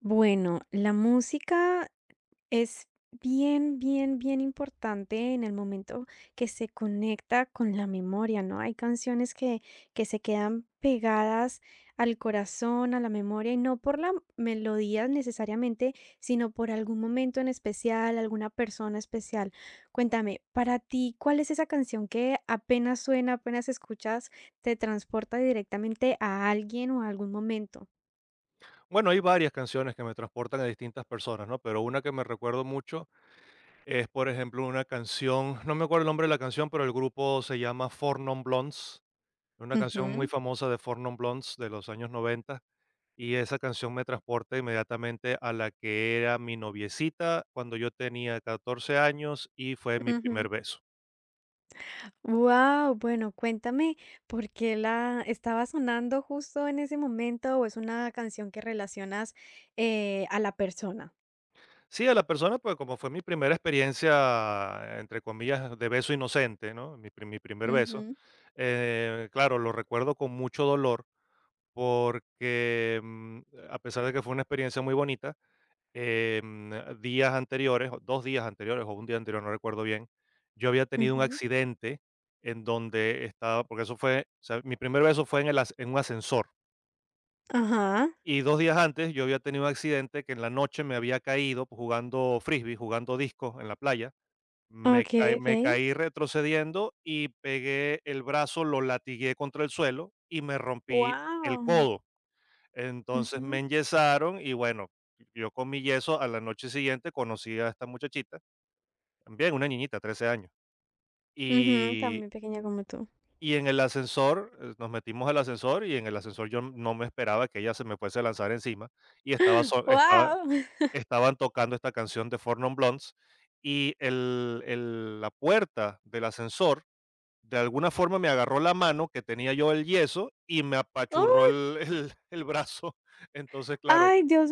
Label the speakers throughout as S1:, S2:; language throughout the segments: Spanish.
S1: Bueno, la música es bien, bien, bien importante en el momento que se conecta con la memoria, ¿no? Hay canciones que se quedan pegadas al corazón, a la memoria, y no por la melodía necesariamente, sino por algún momento en especial, alguna persona especial. Cuéntame, para ti, ¿cuál es esa canción que apenas suena, apenas escuchas, te transporta directamente a alguien o a algún momento?
S2: Bueno, hay varias canciones que me transportan a distintas personas, ¿no? Pero una que me recuerdo mucho es, por ejemplo, una canción, no me acuerdo el nombre de la canción, pero el grupo se llama Four Non Blondes, una canción muy
S1: Ujú,
S2: famosa de Four Non Blondes de los años 90, y esa canción me transporta inmediatamente a la que era mi noviecita cuando yo tenía 14 años y fue mi
S1: ujú.
S2: primer beso.
S1: Wow, bueno, cuéntame, ¿por qué la estaba sonando justo en ese momento o es una canción que relacionas, a la persona?
S2: Sí, a la persona, pues como fue mi primera experiencia, entre comillas, de beso inocente, ¿no? Mi primer beso.
S1: Ujú,
S2: Claro, lo recuerdo con mucho dolor porque a pesar de que fue una experiencia muy bonita, días anteriores, o dos días anteriores o un día anterior, no recuerdo bien, yo había tenido un
S1: ujú.
S2: accidente en donde estaba, porque eso fue, o sea, mi primer beso fue en, en un ascensor
S1: Ajá,
S2: y 2 días antes yo había tenido un accidente que en la noche me había caído jugando frisbee, jugando disco en la playa. Me
S1: okey,
S2: caí me
S1: okey.
S2: caí retrocediendo y pegué el brazo, lo latigué contra el suelo y me rompí el
S1: Wow,
S2: codo. Entonces me
S1: Ujú,
S2: enyesaron y bueno, yo con mi yeso a la noche siguiente conocí a esta muchachita, también una niñita, 13 años.
S1: ujú,
S2: Y
S1: también pequeña como tú.
S2: y en el ascensor, nos metimos al ascensor y en el ascensor yo no me esperaba que ella se me fuese a lanzar encima y
S1: Wow,
S2: estaban tocando esta canción de Four Non Blondes y el la puerta del ascensor, de alguna forma me agarró la mano que tenía yo el yeso y me apachurró
S1: ¡Uy!
S2: el el brazo. Entonces, claro,
S1: Ay, Dios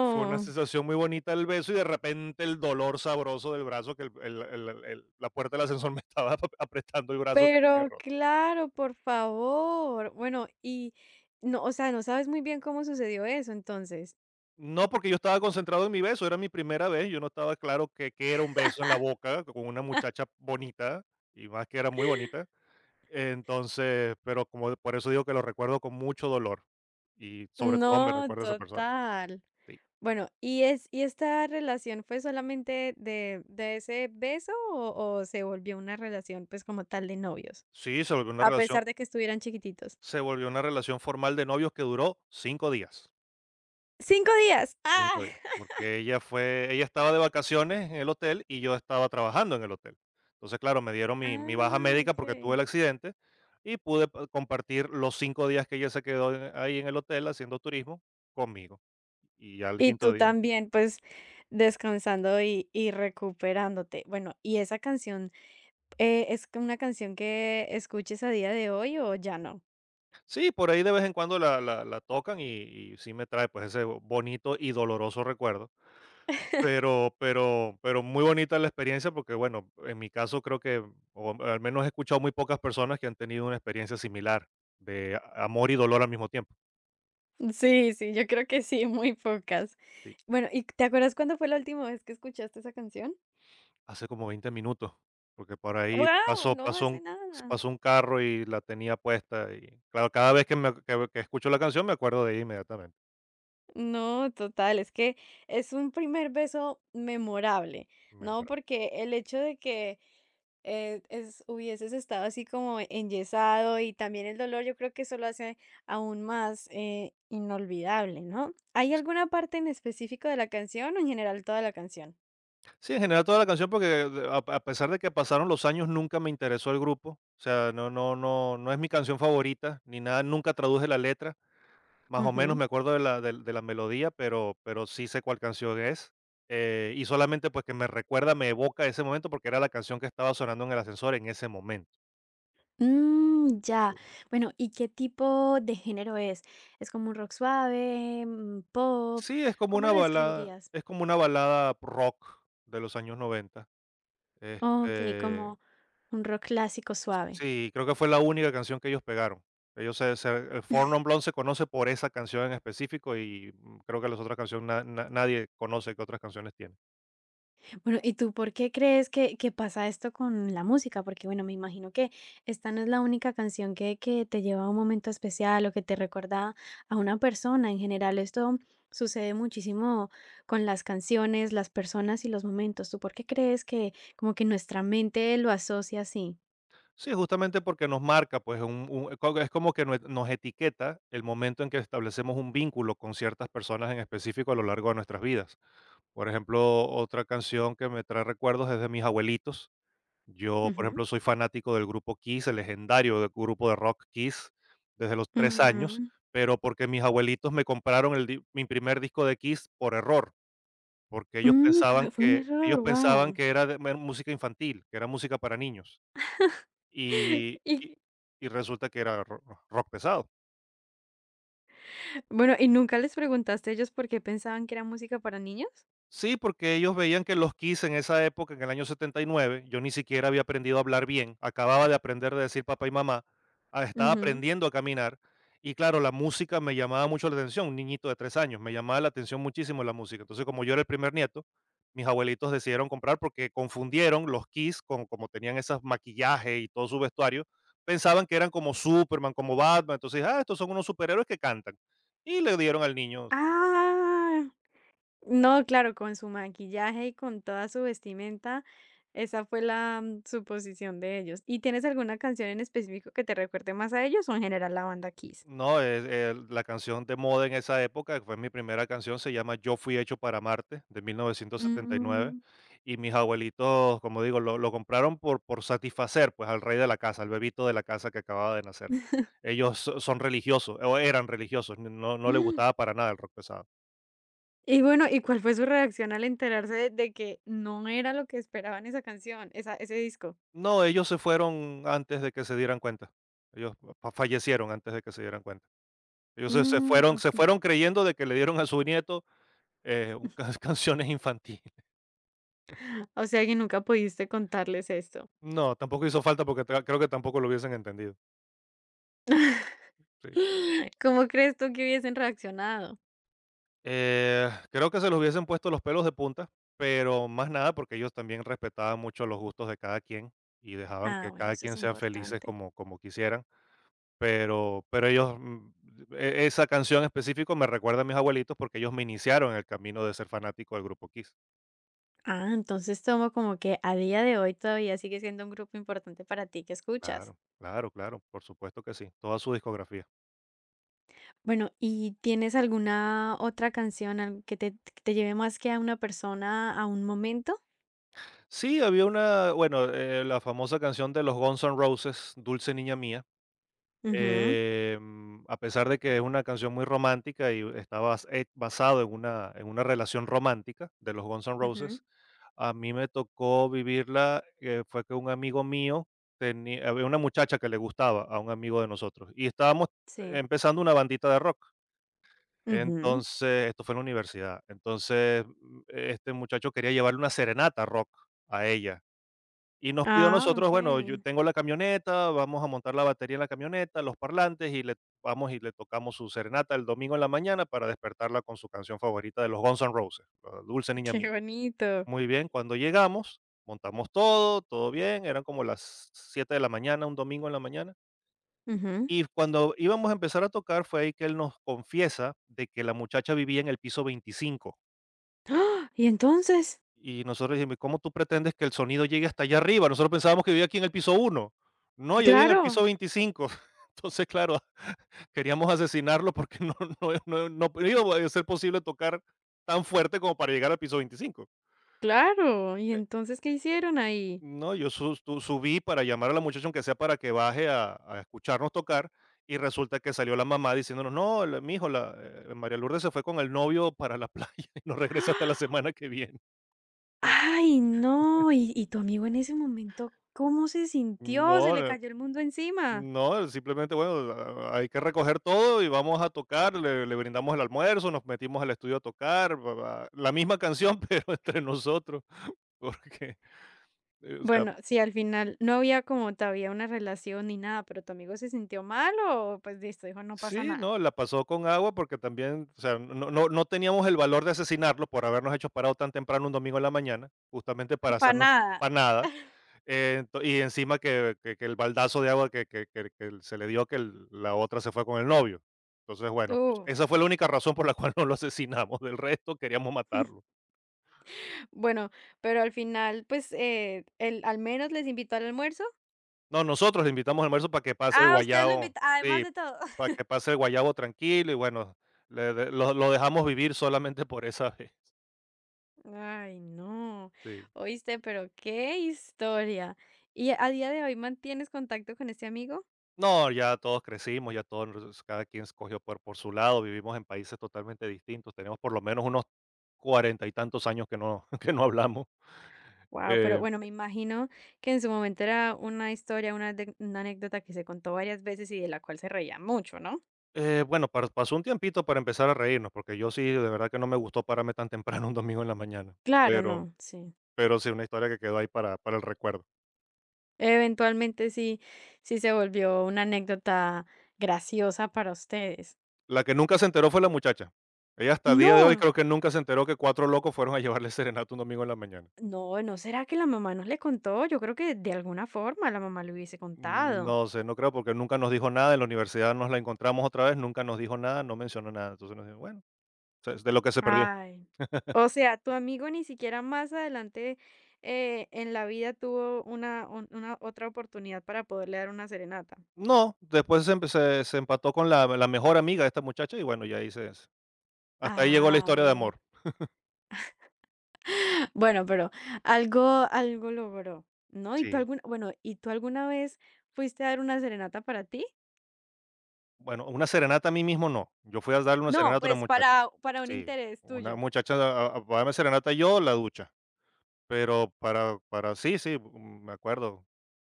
S2: fue una sensación muy bonita el beso y de repente el dolor sabroso del brazo que el la puerta del ascensor me estaba ap apretando el brazo que tenía
S1: Pero
S2: roto.
S1: claro, por favor. Bueno, y no, o sea, no sabes muy bien cómo sucedió eso, entonces.
S2: No, porque yo estaba concentrado en mi beso, era mi primera vez, yo no estaba claro que era un beso en la boca con una muchacha bonita, y más que era muy bonita. Entonces, pero como por eso digo que lo recuerdo con mucho dolor y sobre todo me
S1: No,
S2: recuerda a esa persona.
S1: total.
S2: Sí,
S1: Bueno, ¿y es y esta relación fue solamente de ese beso o se volvió una relación, pues, como tal de novios?
S2: sí, se volvió una
S1: A
S2: relación,
S1: pesar de que estuvieran chiquititos.
S2: se volvió una relación formal de novios que duró 5 días.
S1: ¡Cinco días! ¡Ah!
S2: 5 días, porque ella fue, ella estaba de vacaciones en el hotel y yo estaba trabajando en el hotel. Entonces, claro, me dieron mi baja
S1: Ah,
S2: médica porque tuve
S1: okey.
S2: el accidente y pude compartir los 5 días que ella se quedó ahí en el hotel haciendo turismo conmigo. Y ya el
S1: Y
S2: quinto
S1: tú
S2: día
S1: también, pues, descansando y recuperándote. Bueno, ¿y esa canción, es c una canción que escuches a día de hoy o ya no?
S2: sí, por ahí de vez en cuando la tocan y sí me trae pues ese bonito y doloroso recuerdo. Pero muy bonita la experiencia porque bueno, en mi caso creo que, o al menos he escuchado muy pocas personas que han tenido una experiencia similar de amor y dolor al mismo tiempo.
S1: Sí, sí, yo creo que sí, muy pocas.
S2: Sí,
S1: Bueno, ¿y te acuerdas cuándo fue la última vez que escuchaste esa canción?
S2: hace como 20 minutos, porque por ahí
S1: Wow, no hace nada.
S2: pasó un carro y la tenía puesta y claro, cada vez que, que escucho la canción me acuerdo de ella inmediatamente.
S1: No, total, es que es un primer beso memorable,
S2: Me
S1: ¿no?
S2: muero.
S1: Porque el hecho de que hubieses estado así como enyesado y también el dolor, yo creo que eso lo hace aún más inolvidable, ¿no? ¿Hay
S2: Sí.
S1: alguna parte en específico de la canción o en general toda la canción?
S2: Sí, en general toda la canción, porque a pesar de que pasaron los años, nunca me interesó el grupo. O sea, no es mi canción favorita, ni nada, nunca traduje la letra. Más o menos
S1: Ujú.
S2: me acuerdo de la melodía, pero sí sé cuál canción es. Y solamente pues que me recuerda, me evoca ese momento, porque era la canción que estaba sonando en el ascensor en ese momento.
S1: Mm, ya. Bueno, ¿y qué tipo de género es? ¿Es como un rock suave, pop?
S2: Sí, es como
S1: ¿Cómo
S2: una
S1: lo
S2: balada,
S1: describirías?
S2: es como una balada rock de los años 90.
S1: Okey,
S2: Este,
S1: como un rock clásico suave.
S2: Sí, creo que fue la única canción que ellos pegaron. El Four Non Blondes se conoce por esa canción en específico y creo que las otras canciones nadie conoce que otras canciones tienen.
S1: Bueno, ¿y tú por qué crees que pasa esto con la música? Porque, bueno, me imagino que esta no es la única canción que te lleva a un momento especial o que te recuerda a una persona. En general, esto sucede muchísimo con las canciones, las personas y los momentos. ¿Tú por qué crees que como que nuestra mente lo asocia así?
S2: Sí, justamente porque nos marca, pues es como que nos etiqueta el momento en que establecemos un vínculo con ciertas personas en específico a lo largo de nuestras vidas. Por ejemplo, otra canción que me trae recuerdos es de mis abuelitos. Yo, por
S1: Ujú.
S2: ejemplo, soy fanático del grupo Kiss, el legendario grupo de rock Kiss, desde los tres años,
S1: Ujú.
S2: pero porque mis abuelitos me compraron mi primer disco de Kiss por error, porque
S1: Pues, fue un
S2: ellos
S1: error,
S2: pensaban
S1: wow.
S2: que era música infantil, que era música para niños. Y, y-
S1: Y
S2: y resulta que era rock pesado.
S1: Bueno, ¿y nunca les preguntaste a ellos por qué pensaban que era música para niños?
S2: Sí, porque ellos veían que los Kiss en esa época, en el año 79, yo ni siquiera había aprendido a hablar bien, acababa de aprender de decir papá y mamá, estaba
S1: Ujú.
S2: aprendiendo a caminar y claro, la música me llamaba mucho la atención, un niñito de 3 años, me llamaba la atención muchísimo la música. Entonces, como yo era el primer nieto, mis abuelitos decidieron comprar porque confundieron los Kiss con como tenían esos maquillajes y todo su vestuario, pensaban que eran como Superman, como Batman, entonces, estos son unos superhéroes que cantan. Y le dieron al niño
S1: Ah, no, claro, con su maquillaje y con toda su vestimenta, esa fue la suposición de ellos. ¿Y tienes alguna canción en específico que te recuerde más a ellos o en general la banda Kiss?
S2: no, la canción de moda en esa época, que fue mi primera canción, se llama Yo fui hecho para Marte, de 1979,
S1: Mm.
S2: y nueve. Y mis abuelitos, como digo, lo compraron por satisfacer, pues, al rey de la casa, al bebito de la casa que acababa de nacer. Son religiosos, o eran religiosos, no les
S1: Mm.
S2: gustaba para nada el rock pesado.
S1: Y bueno, ¿y cuál fue su reacción al enterarse de que no era lo que esperaban esa canción, ese disco?
S2: No, ellos se fueron antes de que se dieran cuenta. Ellos fallecieron antes de que se dieran cuenta. Ellos se,
S1: O
S2: se
S1: sea,
S2: fueron creyendo de que le dieron a su nieto eh, un- canciones infantiles.
S1: o sea que nunca pudiste contarles esto.
S2: No, tampoco hizo falta porque creo que tampoco lo hubiesen entendido. Sí.
S1: ¿Cómo crees tú que hubiesen reaccionado?
S2: Creo que se los hubiesen puesto los pelos de punta, pero más nada porque ellos también respetaban mucho los gustos de cada quien y dejaban
S1: Ah,
S2: que
S1: bueno,
S2: cada
S1: eso es
S2: quien sea felices
S1: importante.
S2: como quisieran. Pero ellos, esa canción en específico me recuerda a mis abuelitos porque ellos me iniciaron en el camino de ser fanático del grupo Kiss.
S1: Ah, entonces tomo como que a día de hoy todavía sigue siendo un grupo importante para ti que escuchas.
S2: Claro, claro, claro, por supuesto que sí, toda su discografía.
S1: Bueno, ¿y tienes alguna otra canción que te lleve más que a una persona a un momento?
S2: Sí, había una, bueno, la famosa canción de los Guns N' Roses, Dulce Niña Mía.
S1: Ujú,
S2: A pesar de que es una canción muy romántica y está basado en una relación romántica de los Guns N'
S1: Ujú,
S2: Roses, a mí me tocó vivirla. Fue que un amigo mío tenía, había una muchacha que le gustaba a un amigo de nosotros y estábamos
S1: Sí.
S2: empezando una bandita de rock.
S1: ujú.
S2: Entonces, esto fue en la universidad. Entonces, este muchacho quería llevarle una serenata rock a ella y nos pidió a
S1: Ah,
S2: nosotros,
S1: ok.
S2: bueno, yo tengo la camioneta, vamos a montar la batería en la camioneta, los parlantes y le vamos y le tocamos su serenata el domingo en la mañana para despertarla con su canción favorita de los Guns N' Roses, la Dulce Niña
S1: Qué
S2: Mía.
S1: bonito.
S2: Muy bien, cuando llegamos, montamos todo, todo bien, eran como las 7 de la mañana, un domingo en la mañana.
S1: Ujú.
S2: Y cuando íbamos a empezar a tocar fue ahí que él nos confiesa de que la muchacha vivía en el piso 25.
S1: ¡Ah! Y entonces,
S2: Y nosotros dijimos: "¿cómo tú pretendes que el sonido llegue hasta allá arriba?". Nosotros pensábamos que vivía aquí en el piso uno. No, yo vivía en el piso
S1: claro,
S2: 25. Entonces, claro, queríamos asesinarlo porque no no iba a ser posible tocar tan fuerte como para llegar al piso 25.
S1: claro. ¿Y
S2: Eh,
S1: entonces qué hicieron ahí?
S2: no, yo su tu subí para llamar a la muchacha, aunque sea para que baje a escucharnos tocar, y resulta que salió la mamá diciéndonos: "No, la mi hijo, María Lourdes se fue con el novio para la playa y no regresa hasta la semana que viene".
S1: Ay, no. ¿Y tu amigo en ese momento cómo se sintió? Se
S2: No,
S1: le
S2: no
S1: cayó el mundo encima.
S2: No, simplemente, bueno, hay que recoger todo y vamos a tocar, le brindamos el almuerzo, nos metimos al estudio a tocar, la misma canción, pero entre nosotros, porque, o sea,
S1: Bueno, sí, al final no había como todavía una relación ni nada, pero tu amigo se sintió mal o pues listo, dijo, no pasa
S2: sí,
S1: nada.
S2: no, la pasó con agua porque también, o sea, no teníamos el valor de asesinarlo por habernos hecho parado tan temprano un domingo en la mañana, justamente para
S1: Para
S2: hacernos
S1: nada.
S2: para nada. Ento Y encima que el baldazo de agua que se le dio que el la otra se fue con el novio. Entonces, bueno, pues, esa
S1: Uf.
S2: fue la única razón por la cual no lo asesinamos, del resto queríamos matarlo.
S1: Bueno, pero al final, pues, él al menos les invitó al almuerzo.
S2: No, nosotros le invitamos al almuerzo para que pase el
S1: Ah, ustedes lo
S2: guayabo,
S1: invitan, además
S2: sí,
S1: de todo.
S2: para que pase el guayabo tranquilo y bueno, le de lo dejamos vivir solamente por esa vez,
S1: Ay, no.
S2: sí.
S1: Oíste, pero qué historia. ¿Y a día de hoy mantienes contacto con este amigo?
S2: No, ya todos crecimos, ya todos, cada quien escogió por su lado, vivimos en países totalmente distintos, tenemos por lo menos unos 40 y tantos años que no, que no hablamos.
S1: Wow, pero
S2: Eh,
S1: bueno, me imagino que en su momento era una historia, una anécdota que se contó varias veces y de la cual se reía mucho, ¿no?
S2: bueno, pasó un tiempito para empezar a reírnos, porque yo sí, de verdad que no me gustó pararme tan temprano un domingo en la mañana,
S1: Claro,
S2: pero,
S1: no, sí.
S2: pero sí, una historia que quedó ahí para el recuerdo.
S1: Eventualmente sí, sí se volvió una anécdota graciosa para ustedes.
S2: La que nunca se enteró fue la muchacha. Ella hasta el día de hoy
S1: No,
S2: creo que nunca se enteró que cuatro locos fueron a llevarle serenata un domingo en la mañana.
S1: no, ¿no será que la mamá no le contó? Yo creo que de alguna forma la mamá le hubiese contado.
S2: No sé, no creo, porque nunca nos dijo nada, en la universidad nos la encontramos otra vez, nunca nos dijo nada, no mencionó nada. Entonces nos dijo, bueno, de lo que se perdió.
S1: Ay, o sea, tu amigo ni siquiera más adelante en la vida tuvo una otra oportunidad para poderle dar una serenata.
S2: No, después se empató con la, la mejor amiga de esta muchacha y bueno, ya ahí se... Hasta ahí llegó la
S1: Ah,
S2: historia de
S1: bueno.
S2: amor.
S1: Bueno, pero algo algo logró, ¿no? ¿Y tú
S2: Sí.
S1: alguna bueno, ¿y tú alguna vez fuiste a dar una serenata para ti?
S2: Bueno, una serenata a mí mismo no. Yo fui a darle una
S1: No,
S2: serenata a una
S1: pues
S2: muchacha.
S1: para un
S2: Sí.
S1: interés
S2: Una
S1: tuyo,
S2: muchacha para darme serenata yo, la ducha. Pero para, sí, sí, mm, me acuerdo.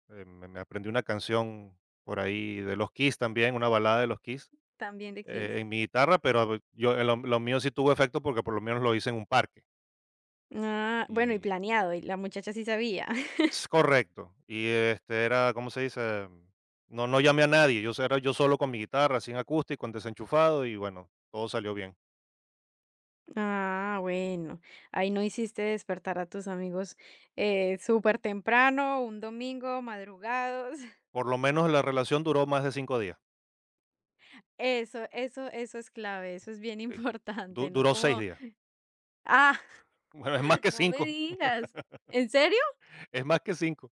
S2: Me aprendí una canción por ahí de los Kiss también, una balada de los Kiss.
S1: también de Kiss.
S2: En mi guitarra, pero yo en lo mío sí tuvo efecto porque por lo menos lo hice en un parque
S1: Ah, bueno, y
S2: y
S1: planeado, y la muchacha sí sabía.
S2: es correcto. Y, este, era, ¿cómo se dice? No llamé a nadie, yo era yo solo con mi guitarra, sin acústico, en desenchufado y bueno, todo salió bien.
S1: Ah, bueno. Ahí no hiciste despertar a tus amigos, súper temprano, un domingo, madrugados.
S2: Por lo menos la relación duró más de 5 días,
S1: Eso es clave, eso es bien
S2: sí. Du
S1: importante, ¿no?
S2: Duró 6
S1: Como,
S2: días.
S1: Ah,
S2: Bueno, es más que
S1: No me
S2: cinco
S1: digas, ¿en serio?
S2: es más que cinco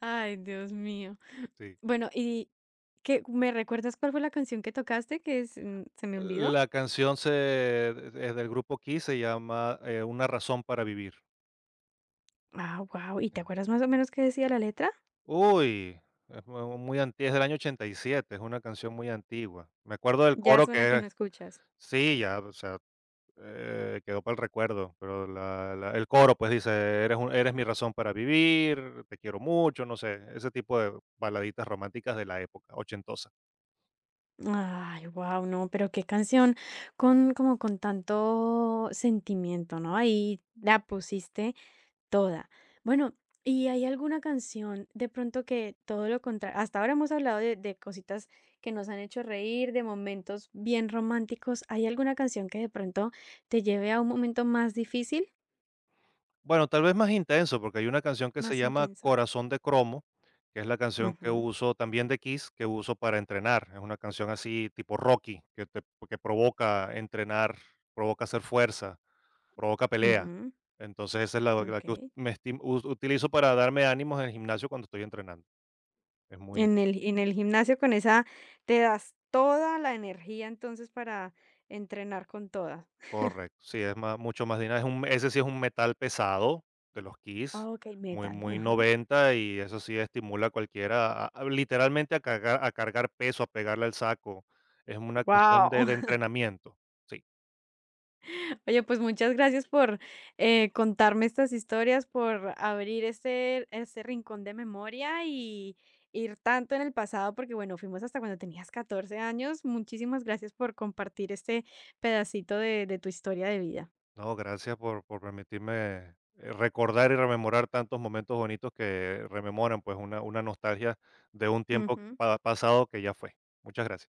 S1: Ay, Dios mío.
S2: sí.
S1: Bueno, ¿y qué, me recuerdas cuál fue la canción que tocaste que se me olvidó?
S2: La canción se es del grupo Kiss, se llama, Una razón para vivir.
S1: Ah, wow. ¿Y te acuerdas más o menos qué decía la letra?
S2: Uy, es mu muy anti es del año 87, es una canción muy antigua. Me acuerdo del
S1: Ya
S2: coro
S1: es una que
S2: que es,
S1: no escuchas.
S2: sí, ya, o sea, quedó para el recuerdo, pero la el coro, pues, dice: Eres mi razón para vivir, te quiero mucho", no sé, ese tipo de baladitas románticas de la época ochentosa.
S1: Ay, wow, no, pero qué canción con como con tanto sentimiento, ¿no? Ahí la pusiste. Toda. Bueno, ¿y hay alguna canción de pronto que todo lo contrario? Hasta ahora hemos hablado de cositas que nos han hecho reír, de momentos bien románticos. ¿Hay alguna canción que de pronto te lleve a un momento más difícil,
S2: Bueno, tal vez más intenso, porque hay una canción que se
S1: más
S2: llama
S1: intenso?
S2: Corazón de Cromo, que es la canción que
S1: Ujú,
S2: uso también de Kiss, que uso para entrenar. Es una canción así tipo Rocky, que te que provoca entrenar, provoca hacer fuerza, provoca pelea.
S1: ujú,
S2: Entonces esa es la, la
S1: ok.
S2: que utilizo para darme ánimos en el gimnasio cuando estoy entrenando. Es muy
S1: En el gimnasio con esa te das toda la energía entonces para entrenar con toda.
S2: correcto, sí, es más mucho más dinámico, es un ese sí es un metal pesado de los Kiss,
S1: Ok,
S2: muy
S1: metal.
S2: muy
S1: Ajá.
S2: noventa, y eso sí estimula a cualquiera a literalmente a cargar peso, a pegarle al saco. Es una cuestión de
S1: ¡Wow!
S2: de entrenamiento. Sí.
S1: Oye, pues muchas gracias por contarme estas historias, por abrir este rincón de memoria y ir tanto en el pasado, porque bueno, fuimos hasta cuando tenías 14 años. Muchísimas gracias por compartir este pedacito de tu historia de vida.
S2: No, gracias por permitirme, recordar y rememorar tantos momentos bonitos que rememoran, pues, una nostalgia de un tiempo
S1: Ujú.
S2: pa pasado que ya fue. Muchas gracias.